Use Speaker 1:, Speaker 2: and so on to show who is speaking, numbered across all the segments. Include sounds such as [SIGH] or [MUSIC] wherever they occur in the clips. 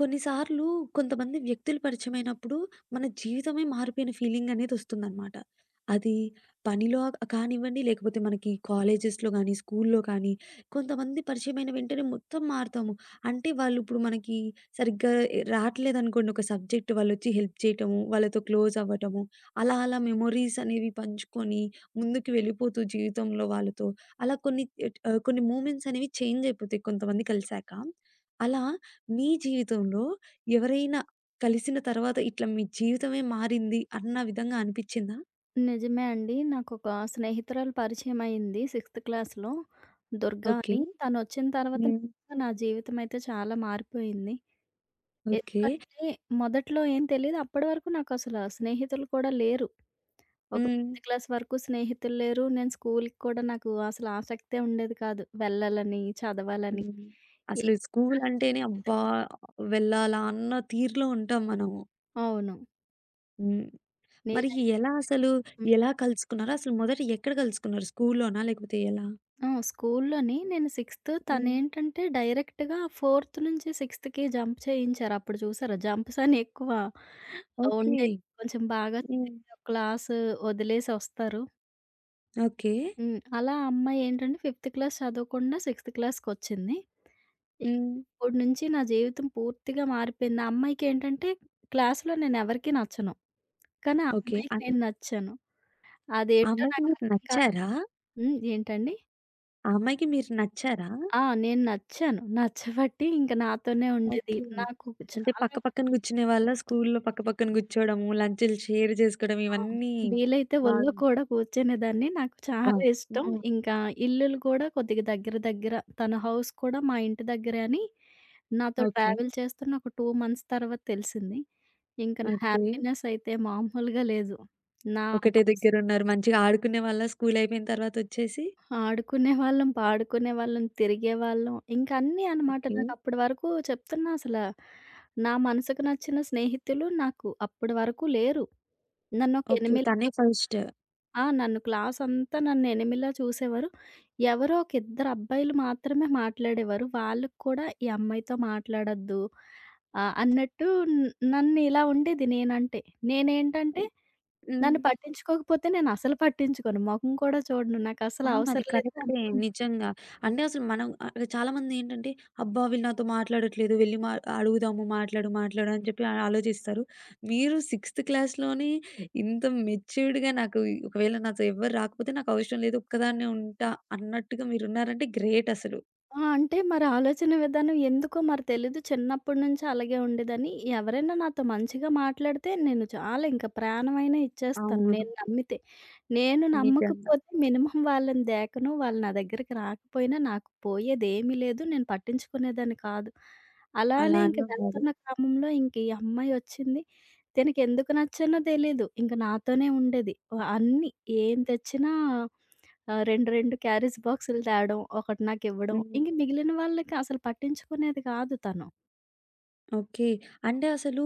Speaker 1: కొన్నిసార్లు కొంతమంది వ్యక్తులు పరిచయమైనప్పుడు మన జీవితమే మారిపోయిన ఫీలింగ్ అనేది వస్తుందన్నమాట. అది పనిలో కానివ్వండి, లేకపోతే మనకి కాలేజెస్‌లో గానీ, స్కూల్లో కానీ కొంతమంది పరిచయమైన వెంటనే మొత్తం మారుతాము. అంటే వాళ్ళు ఇప్పుడు మనకి సరిగ్గా రాట్లేదనుకోండి ఒక సబ్జెక్ట్ వాళ్ళొచ్చి హెల్ప్ చేయటము, వాళ్ళతో క్లోజ్ అవ్వటము, అలా అలా మెమోరీస్ అనేవి పంచుకొని ముందుకు వెళ్ళిపోతూ జీవితంలో వాళ్ళతో అలా కొన్ని మూమెంట్స్ అనేవి చేంజ్ అయిపోతాయి కొంతమంది కలిసాక. అలా మీ జీవితంలో ఎవరైనా కలిసిన తర్వాత ఇట్లా మీ జీవితమే మారింది అన్న విధంగా అనిపిచ్చిందా?
Speaker 2: నిజమే అండి. నాకొక స్నేహితురాలు పరిచయమయింది 6థ్ క్లాస్‌లో. దుర్గా
Speaker 1: ఓకే.
Speaker 2: అని. తనొచ్చిన తర్వాత
Speaker 1: హ్మ్.
Speaker 2: నిజంగా నా జీవితమైతే చాలా మారిపోయింది.
Speaker 1: ఓకే.
Speaker 2: ఎందుకంటే మొదట్లో ఏం తెలీదు. అప్పటి వరకు నాకసల స్నేహితులు కూడా లేరు. ఒక
Speaker 1: హ్మ్.
Speaker 2: ఫిఫ్త్ క్లాస్ వరకు స్నేహితులు లేరు. నేను స్కూలుకి కూడా నాకు అసలు ఆసక్తే ఉండేది కాదు. వెళ్ళాలని, చదవాలని.
Speaker 1: హ్మ్.
Speaker 2: ఏ
Speaker 1: అసలు స్కూల్ అంటేనే అబ్బా! వెళ్ళాలా అన్న తీరులో ఉంటాం మనము.
Speaker 2: అవును.
Speaker 1: హ్మ్. మరి
Speaker 2: నేనైతే
Speaker 1: ఎలా అసలు ఎలా కలుసుకున్నారు? అసలు మొదట ఎక్కడ కలుసుకున్నారు? స్కూల్‌లోనా? లేకపోతే ఎలా?
Speaker 2: ఆ! స్కూల్లోని నేను సిక్స్త్
Speaker 1: హ్మ్.
Speaker 2: తనేంటంటే డైరెక్ట్‌గా ఫోర్త్ నుంచి సిక్స్త్‌కి జంప్ చేయించారు. అప్పుడు చూసారా జంప్స్ అని ఎక్కువ
Speaker 1: ఓకే.
Speaker 2: ఉండేవి. కొంచెం బాగా
Speaker 1: హ్మ్.
Speaker 2: చదివితే ఒక క్లాసు వదిలేసి వస్తారు.
Speaker 1: ఓకే.
Speaker 2: హ్మ్. అలా ఆ అమ్మాయి ఏంటంటే ఫిఫ్త్ క్లాస్ చదవకుండా సిక్స్త్ క్లాస్‌కొచ్చింది. ఇంక
Speaker 1: హ్మ్.
Speaker 2: అప్పటి నుంచి నా జీవితం పూర్తిగా మారిపోయింది. ఆ అమ్మాయికేంటంటే క్లాస్‌లో నేను ఎవరికీ నచ్చను. కానీ ఆ
Speaker 1: ఓకే.
Speaker 2: అమ్మాయికి నేను నచ్చాను.
Speaker 1: ఆ
Speaker 2: అదేంటో
Speaker 1: అమ్మాయికి
Speaker 2: నాకు
Speaker 1: మీరు
Speaker 2: అర్థం కాలేదు.
Speaker 1: నచ్చారా?
Speaker 2: హ్మ్. ఏంటండి?
Speaker 1: ఆ అమ్మాయికి మీరు నచ్చారా?
Speaker 2: ఆ! నేను నచ్చాను. నచ్చబట్టి ఇంక నాతోనే ఉండేది.
Speaker 1: ఓకే.
Speaker 2: నాకు
Speaker 1: అంటే
Speaker 2: చాలా
Speaker 1: పక్క పక్కన కూర్చునేవాళ్ళా? స్కూలులో పక్క పక్కన కూర్చోవడము, లంచులు షేర్ చేసుకోవడం
Speaker 2: ఆ!
Speaker 1: ఇవన్నీ
Speaker 2: వీలైతే ఒళ్ళో
Speaker 1: బాగా
Speaker 2: కూడా కూర్చునేదాన్ని. నాకు
Speaker 1: వా
Speaker 2: చాలా ఇష్టం.
Speaker 1: హ్మ్.
Speaker 2: ఇంకా ఇల్లులు కూడా కొద్దిగా దగ్గర దగ్గర. తన హౌస్ కూడా మా ఇంటి దగ్గరే అని నాతో
Speaker 1: ఓకే.
Speaker 2: ట్రావెల్ చేస్తున్న ఒక 2 మంత్స్ తర్వాత తెలిసింది. ఇంక నా
Speaker 1: ఓకే.
Speaker 2: హ్యాపీనెస్ అయితే మామూలుగా లేదు. నా
Speaker 1: ఒకటే
Speaker 2: మనసు
Speaker 1: దగ్గరున్నారు. మంచిగా ఆడుకునేవాళ్ళా స్కూలయిపోయిన తర్వాతొచ్చేసి?
Speaker 2: ఆడుకునేవాళ్ళం, పాడుకునేవాళ్ళం, తిరిగేవాళ్ళం. ఇంకా అన్నీ అనమాట.
Speaker 1: ఓకే.
Speaker 2: నాకప్పటి వరకు చెప్తున్నా అసలా నా మనసుకు నచ్చిన స్నేహితులు నాకు అప్పటి వరకు లేరు. నన్నొక
Speaker 1: ఓకే.
Speaker 2: ఎనిమి
Speaker 1: తనే ఫస్ట్.
Speaker 2: ఆ! నన్ను క్లాసంతా ఎనిమిలా చూసేవారు. ఎవరో ఒక ఇద్దరు అబ్బాయిలు మాత్రమే మాట్లాడేవారు. వాళ్ళకి కూడా ఈ అమ్మాయితో మాట్లాడొద్దు అన్నట్టు న్ నన్ను ఇలా ఉండేది నేనంటే.
Speaker 1: ఐ
Speaker 2: నేనేంటంటే
Speaker 1: హ్మ్.
Speaker 2: నన్ను పట్టించుకోకపోతే నేనసలు పట్టించుకోను. మొఖం కూడా చూడను. నాకసలు
Speaker 1: అవును. అది
Speaker 2: అవసరం లేదు
Speaker 1: కరెక్టే.
Speaker 2: అనుకుంటా.
Speaker 1: నిజంగా. అంటే అసలు మనం చాలామంది ఏంటంటే, అబ్బా! వీళ్ళు నాతో మాట్లాడట్లేదు. వెళ్లి అడుగుదాము మాట్లాడు, మాట్లాడు అని చెప్పి ఆలోచిస్తారు. మీరు సిక్స్త్ క్లాస్‌లోనే ఇంత మెచ్యూర్డ్‌గా ఒకవేళ నాతో ఎవ్వరు రాకపోతే నాకు అవసరం లేదు. ఒక్కదాన్నే ఉంటా అన్నట్టుగా మీరున్నారంటే గ్రేట్ అసలు.
Speaker 2: ఆ! అంటే మరి ఆలోచన విధానం ఎందుకో మరి తెలీదు. చిన్నప్పటి నుంచి అలాగే ఉండేదని. ఎవరైనా నాతో మంచిగా మాట్లాడితే నేను చాలా ఇంకా ప్రాణమైనా ఇచ్చేస్తాను
Speaker 1: అవును.
Speaker 2: నేను నమ్మితే. నేను
Speaker 1: నిజంగా.
Speaker 2: నమ్మకపోతే మినిమమ్ వాళ్ళని దేకను. వాళ్ళు నా దగ్గరికి రాకపోయినా నాకు పోయేదేమీ లేదు. నేను పట్టించుకునేదాన్ని కాదు. అలానే ఇంక
Speaker 1: అలానే ఉండాలి.
Speaker 2: వెళ్తున్న క్రమంలో ఇంక ఈ అమ్మాయి వచ్చింది. తినకెందుకు నచ్చానో తెలీదు. ఇంక నాతోనే ఉండేది. అన్నీ ఏం తెచ్చినా ఆ! 2, 2 క్యారేజ్ బాక్సులు తేడం, ఒకటి నాకివ్వడం. ఇంక
Speaker 1: హ్మ్.
Speaker 2: మిగిలిన వాళ్ళకి అసలు పట్టించుకునేది కాదు తను.
Speaker 1: ఓకే. అంటే అసలు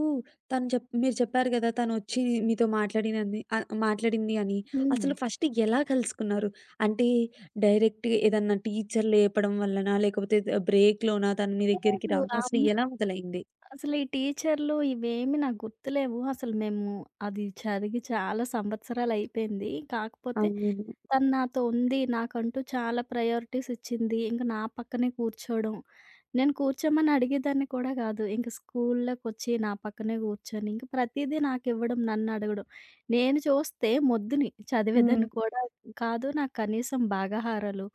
Speaker 1: తను మీరు చెప్పారు గదా! తనొచ్చి మీతో మాట్లాడింది అని.
Speaker 2: హ్మ్.
Speaker 1: అసలు ఫస్ట్ ఎలా కలుసుకున్నారు? అంటే డైరెక్ట్ ఏదన్నా టీచర్ లేపడం వల్లనా? లేకపోతే బ్రేక్‌లోనా తను మీ దగ్గరికి
Speaker 2: లేదు.
Speaker 1: రావడం? అసలు ఎలా మొదలైంది?
Speaker 2: అసలు ఈ టీచర్లు ఇవేమి నాకు గుర్తులేవు. అసలు మేము అది చదివి చాలా సంవత్సరాలయిపోయింది. కాకపోతే
Speaker 1: అవును.
Speaker 2: తను నాతో ఉంది. నాకంటూ చాలా ప్రయారిటీస్ ఇచ్చింది. ఇంక నా పక్కనే కూర్చోవడం. నేను కూర్చోమని అడిగేదాన్ని కూడా కాదు. ఇంక స్కూల్లోకొచ్చి నా పక్కనే కూర్చొని, ఇంక ప్రతీదీ నాకివ్వడం, నన్నడగడం. నేను చూస్తే మొద్దుని,
Speaker 1: హ్మ్.
Speaker 2: చదివేదాన్ని కూడా కాదు. నాకు కనీసం భాగాహారాలు,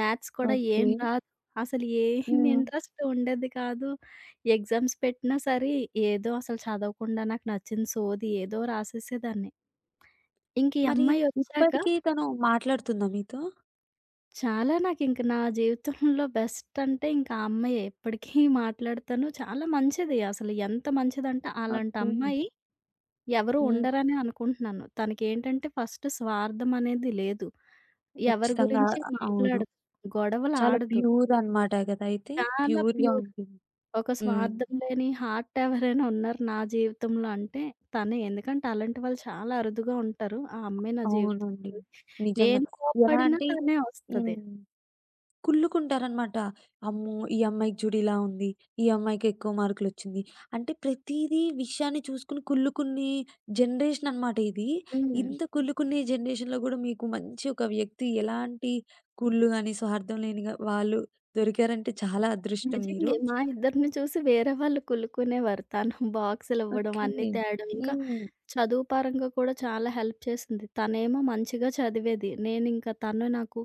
Speaker 2: మ్యాథ్స్ కూడా
Speaker 1: ఓకే.
Speaker 2: ఏం రాదు. అసలు ఏం
Speaker 1: హ్మ్.
Speaker 2: ఇంట్రెస్ట్ ఉండేది కాదు. ఎగ్జామ్స్ పెట్టినా సరే, ఏదో అసలు చదవకుండా నాకు నచ్చిన సోది ఏదో రాసేసేదాన్ని. ఇంక ఈ
Speaker 1: మరి
Speaker 2: అమ్మాయొచ్చాక
Speaker 1: ఇప్పటికి తను మాట్లాడుతుందా మీతో?
Speaker 2: చాలా నాకింక నా జీవితంలో బెస్ట్ అంటే ఇంకా ఆ అమ్మాయే. ఇప్పటికీ మాట్లాడతాను. చాలా మంచిది అసలు ఎంత మంచిదంటే అలాంటి
Speaker 1: ఓకే.
Speaker 2: అమ్మాయి ఎవరు
Speaker 1: హ్మ్.
Speaker 2: ఉండరనే అనుకుంటున్నాను. తనకేంటంటే ఫస్ట్ స్వార్థం అనేది లేదు. ఎవరి
Speaker 1: ఖచ్చితంగా.
Speaker 2: గురించి
Speaker 1: అవును.
Speaker 2: మాట్లాడదు. గొడవలు
Speaker 1: చాలా
Speaker 2: ఆడదు.
Speaker 1: ప్యూర్ అనమాట గదా! అయితే.
Speaker 2: చాలా
Speaker 1: ప్యూర్‌గా
Speaker 2: ప్యూర్.
Speaker 1: ఉంటుంది.
Speaker 2: ఒక
Speaker 1: హ్మ్.
Speaker 2: స్వార్థం లేని హార్ట్ ఎవరైనా ఉన్నారు నా జీవితంలో అంటే తనే. ఎందుకంటే అలాంటి వాళ్ళు చాలా అరుదుగా ఉంటారు. ఆ అమ్మాయి నా జీవితంలో.
Speaker 1: అవునండి. నిజంగా.
Speaker 2: నేను
Speaker 1: ఎలా
Speaker 2: కోప్పడినా
Speaker 1: అంటే
Speaker 2: తనే
Speaker 1: హ్మ్.
Speaker 2: వస్తది.
Speaker 1: కుళ్ళుకుంటారనమాట. అమ్మో! ఈ అమ్మాయికి చూడు ఇలా ఉంది. ఈ అమ్మాయికి ఎక్కువ మార్కులొచ్చింది. అంటే ప్రతీదీ విషయాన్ని చూసుకొని కుళ్ళుకునే జనరేషన్ అనమాట ఇది.
Speaker 2: హ్మ్.
Speaker 1: ఇంత కుళ్ళుకునే జనరేషన్‌లో గూడా మీకు మంచి ఒక వ్యక్తి ఎలాంటి కుళ్ళు గాని, స్వార్థం లేనిగా వాళ్ళు దొరికారంటే చాలా అదృష్టం మీరు.
Speaker 2: నిజంగే. మా ఇద్దరిని చూసి వేరే వాళ్ళు కులుక్కునేవారు. తను బాక్సులివ్వడం,
Speaker 1: ఓకే.
Speaker 2: అన్నీ తేడం. ఇంకా
Speaker 1: హ్మ్.
Speaker 2: చదువు పరంగా కూడా చాలా హెల్ప్ చేసింది. తనేమో మంచిగా చదివేది. నేనింకా తను నాకు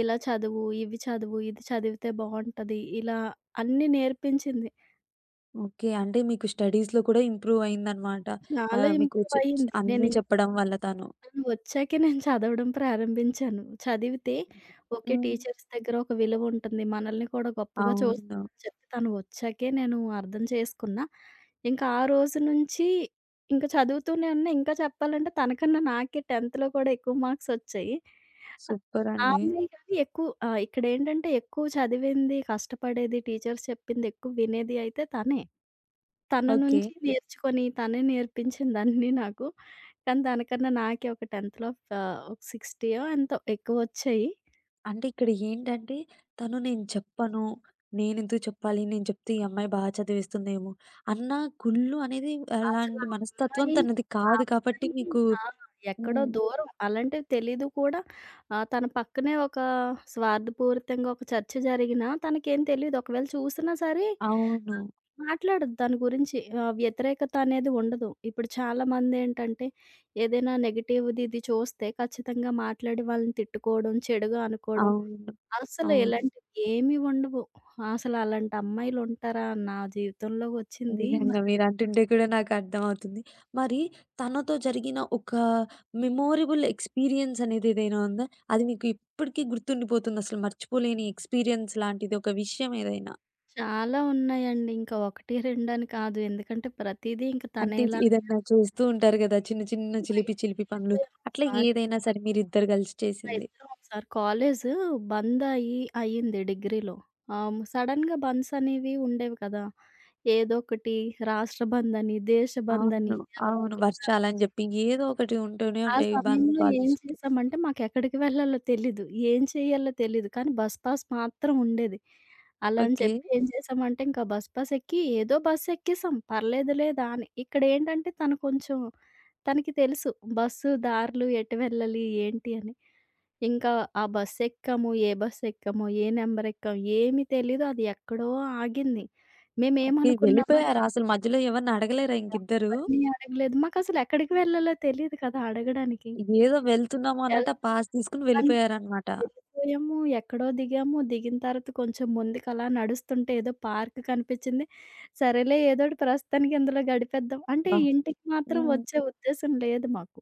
Speaker 2: ఇలా చదువు, ఇవి చదువు, ఇది చదివితే బావుంటది. ఇలా అన్నీ నేర్పించింది.
Speaker 1: ఓకే. అంటే మీకు స్టడీస్‌లో కూడా ఇంప్రూవ్ అయిందనమాట.
Speaker 2: చాలా
Speaker 1: మీకు
Speaker 2: ఇంప్రూవ్
Speaker 1: చె చె-
Speaker 2: అయ్యింది. నేను
Speaker 1: అన్నీ చెప్పడం వల్ల తను.
Speaker 2: తను వచ్చాకే నేను చదవడం ప్రారంభించాను. చదివితే ఓకే.
Speaker 1: హ్మ్.
Speaker 2: టీచర్స్ దగ్గర ఒక విలువుంటుంది. మనల్ని కూడా గొప్పగా చూస్తారని
Speaker 1: అవును.
Speaker 2: చెప్పి తను వచ్చాకే నేను అర్థం చేసుకున్నా. ఇంకా ఆ రోజు నుంచి ఇంకా చదువుతూనే ఉన్నా. ఇంకా చెప్పాలంటే తనకన్నా నాకే 10థ్‌లో కూడా ఎక్కువ మార్క్సొచ్చాయి. ఆహ్, ఆ ఆ
Speaker 1: సూపరండి.
Speaker 2: అమ్మాయి కానీ ఎక్కువ ఇక్కడేంటంటే ఎక్కువ చదివింది, కష్టపడేది, టీచర్స్ చెప్పింది ఎక్కువ వినేది అయితే తనే. తన
Speaker 1: ఓకే.
Speaker 2: నుంచి నేర్చుకొని తనే నేర్పించిందన్నీ నాకు. కానీ దానికన్నా నాకే ఒక 10థ్‌లో ఒక 60యో ఎంతో ఎక్కువొచ్చాయి.
Speaker 1: అంటే ఇక్కడ ఏంటంటే తను నేను చెప్పను, నేనెందుకు చెప్పాలి? నేను చెప్తే ఈ అమ్మాయి చదివిస్తుందేమో అన్న కుళ్ళు అనేది
Speaker 2: అసలు
Speaker 1: అలాంటి
Speaker 2: ఆ
Speaker 1: మనస్తత్వం
Speaker 2: అమ్మాయి
Speaker 1: తనది
Speaker 2: ఆ
Speaker 1: కాదు కాబట్టి
Speaker 2: అమ్మాయి
Speaker 1: మీకు
Speaker 2: ఆ! ఎక్కడో
Speaker 1: హ్మ్.
Speaker 2: దూరం అలాంటివి తెలీదు కూడా. తన పక్కనే ఒక స్వార్థపూరితంగా ఒక చర్చ జరిగినా తనకేం తెలీదు. ఒకవేళ చూసినా సరే
Speaker 1: అవును.
Speaker 2: మాట్లాడదు దాని గురించి. వ్యతిరేకత అనేది ఉండదు. ఇప్పుడు చాలామందేంటంటే ఏదైనా నెగెటివ్‌ది ఇది చూస్తే ఖచ్చితంగా మాట్లాడి వాళ్ళని తిట్టుకోవడం, చెడుగా అనుకోవడం
Speaker 1: అవును.
Speaker 2: అసలు
Speaker 1: అవును.
Speaker 2: ఇలాంటివి ఏమి ఉండవు. అసలు అలాంటి అమ్మాయిలుంటారా? నా జీవితంలో వచ్చింది.
Speaker 1: నిజంగా
Speaker 2: మరి
Speaker 1: మీరంటుంటే కూడా నాకు అర్థమవుతుంది. మరి తనతో జరిగిన ఒక మెమోరబుల్ ఎక్స్‌పీరియన్స్ అనేది ఏదైనా ఉందా? అది మీకు ఇప్పటికి గుర్తుండిపోతుంది అసలు మర్చిపోలేని ఎక్స్‌పీరియన్స్ లాంటిది ఒక విషయం ఏదైనా?
Speaker 2: చాలా ఉన్నాయండి. ఇంకా 1, 2 అని కాదు. ఎందుకంటే ప్రతీదీ ఇంక తనే
Speaker 1: అంటే
Speaker 2: ఇలా
Speaker 1: ఏదన్నా చేస్తూ ఉంటారు గదా! చిన్న చిన్న చిలిపి
Speaker 2: బయటికి
Speaker 1: చిలిపి పనులు.
Speaker 2: వెళ్ళిపోయాం
Speaker 1: అట్లా
Speaker 2: ఒకసారి.
Speaker 1: ఏదైనా సరే మీరిద్దరు కలిసి
Speaker 2: మా
Speaker 1: చేసింది.
Speaker 2: ఇద్దరం ఒకసారి కాలేజు బంద్ అయ్యింది డిగ్రీలో. సడెన్‌గా బంద్స్ అనేవి ఉండేవి కదా! ఏదో ఒకటి రాష్ట్ర బంద్ అని, దేశ బంద్ అని
Speaker 1: అవును.
Speaker 2: ఎవరో
Speaker 1: అవును.
Speaker 2: ఒకళ్ళు
Speaker 1: వర్షాలని జెప్పి ఏదో ఒకటి ఉంటూనే
Speaker 2: ఆ
Speaker 1: ఉంటాయి బంద్
Speaker 2: సమయంలో ఏం
Speaker 1: కాలేజ్‌కి.
Speaker 2: చేశామంటే మాకెక్కడికి వెళ్ళాలో తెలీదు. ఏం చేయాలో తెలీదు. కానీ బస్ పాస్ మాత్రం ఉండేది. అలా అని
Speaker 1: ఓకే.
Speaker 2: చెప్పి ఏం చేశామంటే ఇంకా బస్ పాస్ ఎక్కి ఏదో బస్ ఎక్కేసాం. పర్లేదులే దాని ఇక్కడేంటంటే తను కొంచెం తనకి తెలుసు. బస్సు దారులు ఎటు వెళ్ళాలి ఏంటి అని. ఇంకా ఆ బస్ ఎక్కాము. ఏ బస్ ఎక్కాము, ఏ నెంబర్ ఎక్కాము ఏమి తెలీదు. అది ఎక్కడో ఆగింది.
Speaker 1: ఓకే.
Speaker 2: మేమేమనుకున్నామంటే
Speaker 1: వెళ్ళిపోయారా? అసలు మధ్యలో ఎవరిని అడగలేరా ఇంకిద్దరు?
Speaker 2: ఎవరిని అడగలేదు. మాకసలు ఎక్కడికి వెళ్ళాలో తెలీదు కదా అడగడానికి.
Speaker 1: ఏదో వెళ్తున్నాము అన్నట్టు ఆ పాస్ తీసుకొని వెళ్ళిపోయారనమాట.
Speaker 2: వెళ్ళిపోయాము. ఎక్కడో దిగాము. దిగిన తర్వాత కొంచెం ముందుకలా నడుస్తుంటే ఏదో పార్క్ కనిపిచ్చింది. సరేలే ఏదోటి ప్రస్తుతానికి ఇందులో గడిపేద్దాం. అంటే
Speaker 1: అబ్బా!
Speaker 2: [LAUGHS] ఇంటికి మాత్రం
Speaker 1: హ్మ్.
Speaker 2: వచ్చే ఉద్దేశం లేదు మాకు.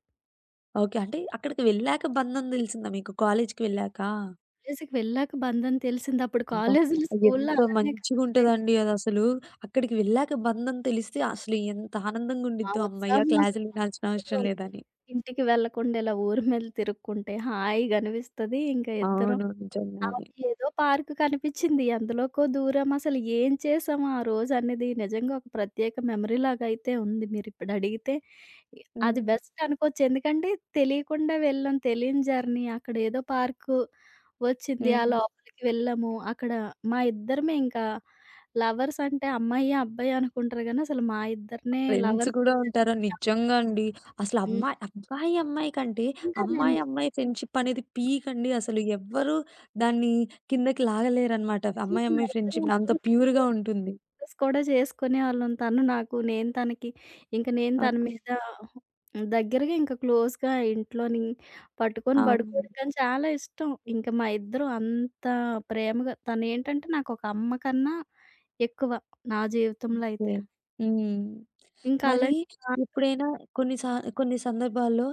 Speaker 1: ఓకే. అంటే అక్కడికి వెళ్ళాక బంధం దెలిసిందా మీకు కాలేజ్‌కి వెళ్ళాక?
Speaker 2: కాలేజికి వెళ్ళాక బంధం తెలిసింది. అప్పుడు
Speaker 1: అబ్బా!
Speaker 2: కాలేజీలు, స్కూల్‌లో
Speaker 1: ఎంత
Speaker 2: అలానే కదా ఉండేది.
Speaker 1: మంచిగుంటదండి అదసలు. అక్కడికి వెళ్ళాక బంధం తెలిస్తే అసలు ఎంత ఆనందంగా
Speaker 2: ఆ
Speaker 1: ఉండిద్దో అమ్మయ్య!
Speaker 2: ఉత్సాహం అసలు
Speaker 1: క్లాసులు వినాల్సిన
Speaker 2: మామూలుగా
Speaker 1: అవసరం
Speaker 2: ఉండదు.
Speaker 1: లేదని.
Speaker 2: ఇంటికి వెళ్ళకుండా ఇలా ఊరు మీద తిరుక్కుంటే హాయిగా అనిపిస్తది. ఇంకా ఇద్దరం
Speaker 1: అవును.
Speaker 2: ఆ!
Speaker 1: నిజంగానే.
Speaker 2: ఏదో పార్క్ కనిపిచ్చింది. అందులోకో దూరం అసలు ఏం చేశామో ఆ రోజనేది నిజంగా ఒక ప్రత్యేక మెమరీ లాగైతే ఉంది. మీరిప్పుడడిగితే ఇ అది
Speaker 1: హ్మ్.
Speaker 2: బెస్ట్ అనుకోవచ్చు. ఎందుకంటే తెలియకుండా వెళ్ళాం. తెలియని జర్నీ. అక్కడేదో పార్కు వచ్చింది. ఆ
Speaker 1: హ్మ్.
Speaker 2: లోపలికి వెళ్ళాము. అక్కడ మా ఇద్దరమే ఇంకా లవర్స్ అంటే అమ్మాయి, అబ్బాయి అనుకుంటారు గానీ అసలు మా ఇద్దరినే
Speaker 1: ఫ్రెండ్స్
Speaker 2: లవర్స్‌గా
Speaker 1: కూడా ఉంటారా?
Speaker 2: హ్మ్. [LAUGHS]
Speaker 1: నిజంగా అండి. అసలు అమ్మాయి అబ్బాయి, అమ్మాయి కంటే
Speaker 2: ఇంకా
Speaker 1: అమ్మాయి,
Speaker 2: నేను
Speaker 1: అమ్మాయి ఫ్రెండ్‌షిప్ అనేది పీక్ అండి. అసలు ఎవ్వరు దాన్ని కిందకి లాగలేరనమాట. అమ్మాయి,
Speaker 2: నిజంగా మా
Speaker 1: అమ్మాయి
Speaker 2: ఇద్దరం
Speaker 1: ఫ్రెండ్‌షిప్‌ని అంత
Speaker 2: ఒకళ్ళు
Speaker 1: ప్యూర్‌గా ఉంటుంది.
Speaker 2: డిస్కస్ కూడా చేసుకునేవాళ్ళం. తను నాకు, నేను తనకి. ఇంక నేను తన
Speaker 1: ఓకే.
Speaker 2: మీద దగ్గరగా ఇంక క్లోజ్‌గా ఇంట్లోని పట్టుకొని
Speaker 1: అవును.
Speaker 2: పడుకోవడం కానీ చాలా ఇష్టం. ఇంక మా ఇద్దరం అంత ప్రేమగా తనేంటంటే నాకొక అమ్మ కన్నా ఎక్కువ నా జీవితంలో
Speaker 1: ఓకే.
Speaker 2: అయితే.
Speaker 1: హ్మ్.
Speaker 2: ఇంక
Speaker 1: మరి
Speaker 2: అలాంటి
Speaker 1: ఎప్పుడైనా కొన్ని సా కొన్ని సందర్భాల్లో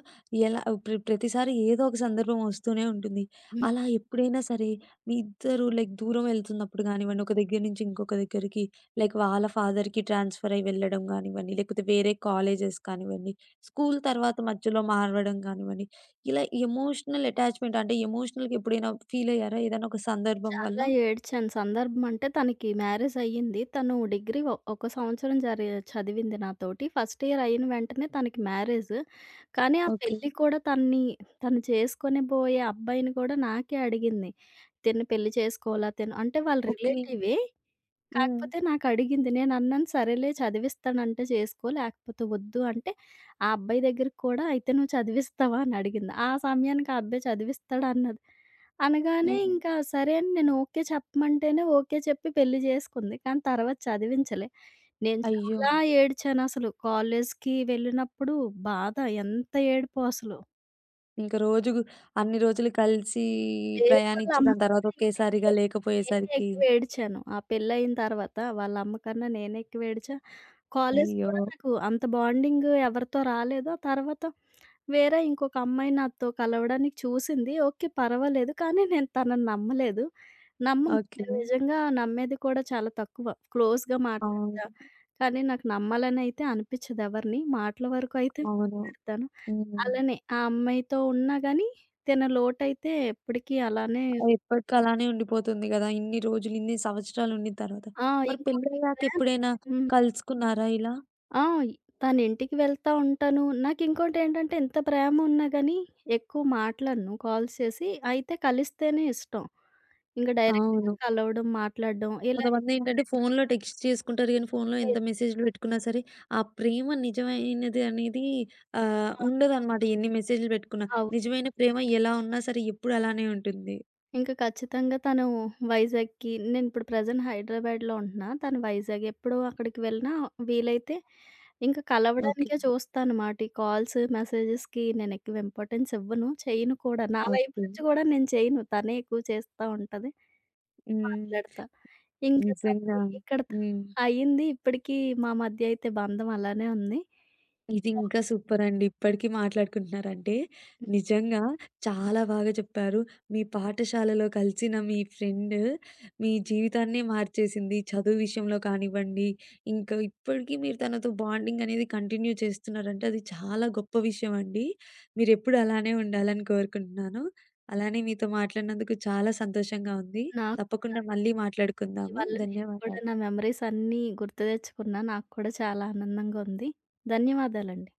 Speaker 1: ఎలా ప్ర ప్రతిసారి ఏదో ఒక సందర్భం వస్తూనే ఉంటుంది. అలా ఎప్పుడైనా సరే మీ ఇద్దరు లైక్ దూరం వెళ్తున్నప్పుడు గానివ్వండి, ఒక దగ్గర నుంచి ఇంకొక దగ్గరికి లైక్ వాళ్ళ ఫాదర్‌కి ట్రాన్స్‌ఫర్ అయ్యి వెళ్ళడం గానివ్వండి, లేకపోతే వేరే కాలేజెస్ కానివ్వండి, స్కూల్ తర్వాత మధ్యలో మారడం కానివ్వండి, ఇలా ఎమోషనల్ అటాచ్‌మెంట్ అంటే ఎమోషనల్‌గా ఎప్పుడైనా ఫీల్ అయ్యారా ఏదైనా ఒక సందర్భం వల్ల?
Speaker 2: చాలా ఏడ్చాను. సందర్భం అంటే తనకి మ్యారేజ్ అయ్యింది. తను డిగ్రీ ఒ ఒక సంవత్సరం జరి చదివింది నాతోటి. ఫస్ట్ ఇయర్ అయిన వెంటనే తనకి మ్యారేజ్. కానీ ఆ
Speaker 1: ఓకే.
Speaker 2: పెళ్లి కూడా తనని తను చేసుకోనిబోయే అబ్బాయిని కూడా నాకే అడిగింది. తిన్ని పెళ్లి చేసుకోవాలా? తిను అంటే వాళ్ళ
Speaker 1: ఓకే.
Speaker 2: రిలేటివే.
Speaker 1: హ్మ్.
Speaker 2: కాకపోతే నాకడిగింది. నేనన్నాను, "సరేలే చదివిస్తానంటే చేసుకో, లేకపోతే వద్దు" అంటే, ఆ అబ్బాయి దగ్గరికి కూడా "అయితే నువ్వు చదివిస్తావా?" అని అడిగింది. ఆ సమయానికి ఆ అబ్బాయి చదివిస్తాడు అన్నది. అనగానే
Speaker 1: హ్మ్.
Speaker 2: ఇంకా సరే అని నేను ఓకే చెప్పమంటేనే ఓకే చెప్పి పెళ్లి చేసుకుంది. కానీ తర్వాత చదివించలే. నేను
Speaker 1: అయ్యో!
Speaker 2: చాలా ఏడ్చానసలు. కాలేజ్‌కి వెళ్ళినప్పుడు బాధ ఎంత ఏడుపో అసలు.
Speaker 1: ఇంక రోజు గు అన్ని రోజులు కలిసి
Speaker 2: వేరేవాళ్ళ
Speaker 1: ప్రయాణించి దాని తర్వాత
Speaker 2: అమ్మకన్నా ఇంక
Speaker 1: ఒకేసారిగా
Speaker 2: నేనే, నేనే
Speaker 1: లేకపోయేసరికి
Speaker 2: ఎక్కువ ఏడ్చాను. ఆ పెళ్లయిన తర్వాత వాళ్ళ అమ్మకన్నా నేనే ఎక్కువ ఏడ్చా. కాలేజ్
Speaker 1: అయ్యో!
Speaker 2: కూడా నాకు అంత బాండింగ్ ఎవరితో రాలేదు. ఆ తర్వాత వేరే ఇంకొక అమ్మాయి నాతో కలవడానికి చూసింది. ఓకే. పర్వాలేదు. కానీ నేను తనని నమ్మలేదు. నమ్మను.
Speaker 1: ఓకే.
Speaker 2: నేను నిజంగా నమ్మేది కూడా చాలా తక్కువ. క్లోజ్‌గా
Speaker 1: అవును.
Speaker 2: మాట్లాడతా. కానీ నాకు నమ్మాలనైతే అనిపిచ్చదు ఎవరిని. మాటల వరకు అయితే
Speaker 1: అవును.
Speaker 2: మాట్లాడతాను.
Speaker 1: హ్మ్.
Speaker 2: అలానే ఆ అమ్మాయితో ఉన్నా గానీ తిన లోటైతే ఎప్పటికీ అలానే
Speaker 1: ఎప్పటికి అలానే ఉండిపోతుంది గదా! ఇన్ని రోజులు, ఇన్ని సంవత్సరాలు ఉండిన తర్వాత.
Speaker 2: ఆ!
Speaker 1: మరి
Speaker 2: ఇంకొకటి
Speaker 1: పెళ్ళయ్యాక
Speaker 2: ఇక్కడ
Speaker 1: ఎప్పుడైనా
Speaker 2: హ్మ్.
Speaker 1: కలుసుకున్నారా ఇలా?
Speaker 2: ఆ! తన ఇంటికి వెళ్తా ఉంటాను. నాకింకోటేంటంటే ఎంత ప్రేమున్నా గానీ ఎక్కువ మాట్లాడను కాల్స్ చేసి. అయితే కలిస్తేనే ఇష్టం. ఇంక డైరెక్ట్‌గా
Speaker 1: అవును.
Speaker 2: కలవడం, మాట్లాడడం ఇలా
Speaker 1: కొంతమందేంటంటే ఫోనులో టెక్స్ట్ చేసుకుంటారు గానీ, ఫోనులో
Speaker 2: అయితే
Speaker 1: ఎంత మెసేజ్‌లు పెట్టుకున్నా సరే, ఆ ప్రేమ నిజమైనది అనేది
Speaker 2: ఆ!
Speaker 1: ఉండదనమాట ఎన్ని మెసేజ్‌లు పెట్టుకున్నా.
Speaker 2: అవును.
Speaker 1: నిజమైన ప్రేమ ఎలా ఉన్నా సరే ఎప్పుడు అలానే ఉంటుంది.
Speaker 2: ఇంక ఖచ్చితంగా తను వైజాగ్‌కి నేనిప్పుడు ప్రెజెంట్ హైదరాబాద్‌లో ఉంటున్నా. తను వైజాగ్. ఎప్పుడు అక్కడికి వెళ్ళినా వీలైతే ఇంక
Speaker 1: ఓకే.
Speaker 2: కలవడానికే చూస్తానమాట. ఈ కాల్స్, మెసేజెస్‌కి నేనెక్కువ ఇంపార్టెన్స్ ఇవ్వను. చెయ్యను కూడా. నా వైపు
Speaker 1: ఓకే.
Speaker 2: నుంచి గూడా నేను చెయ్యను. తనే ఎక్కువ చేస్తా ఉంటది.
Speaker 1: హ్మ్.
Speaker 2: మాట్లాడతా. ఇంకా
Speaker 1: నిజంగా.
Speaker 2: తనది ఇక్కడ త
Speaker 1: హ్మ్.
Speaker 2: అయింది. ఇప్పటికీ మా మధ్య అయితే బంధం అలానే ఉంది.
Speaker 1: ఇది ఇంకా సూపరండి. ఇప్పటికి మాట్లాడుకుంటున్నారంటే నిజంగా చాలా బాగా చెప్పారు. మీ పాఠశాలలో కలిసిన మీ ఫ్రెండ్ మీ జీవితాన్నే మార్చేసింది. చదువు విషయంలో కానివ్వండి, ఇంకా ఇప్పటికి మీరు తనతో బాండింగ్ అనేది కంటిన్యూ చేస్తున్నారంటే అది చాలా గొప్ప విషయం అండి. మీరెప్పుడు అలానే ఉండాలని కోరుకుంటున్నాను. అలానే మీతో మాట్లాడినందుకు చాలా సంతోషంగా ఉంది.
Speaker 2: నాకు
Speaker 1: తప్పకుండా మళ్ళీ
Speaker 2: మీ
Speaker 1: మాట్లాడుకుందాము.
Speaker 2: వల్ల నేను కూడా
Speaker 1: ధన్యవాదాలు.
Speaker 2: నా మెమోరీస్ అన్నీ గుర్తు తెచ్చుకున్నా. నాకు కూడా చాలా ఆనందంగా ఉంది. ధన్యవాదాలండి.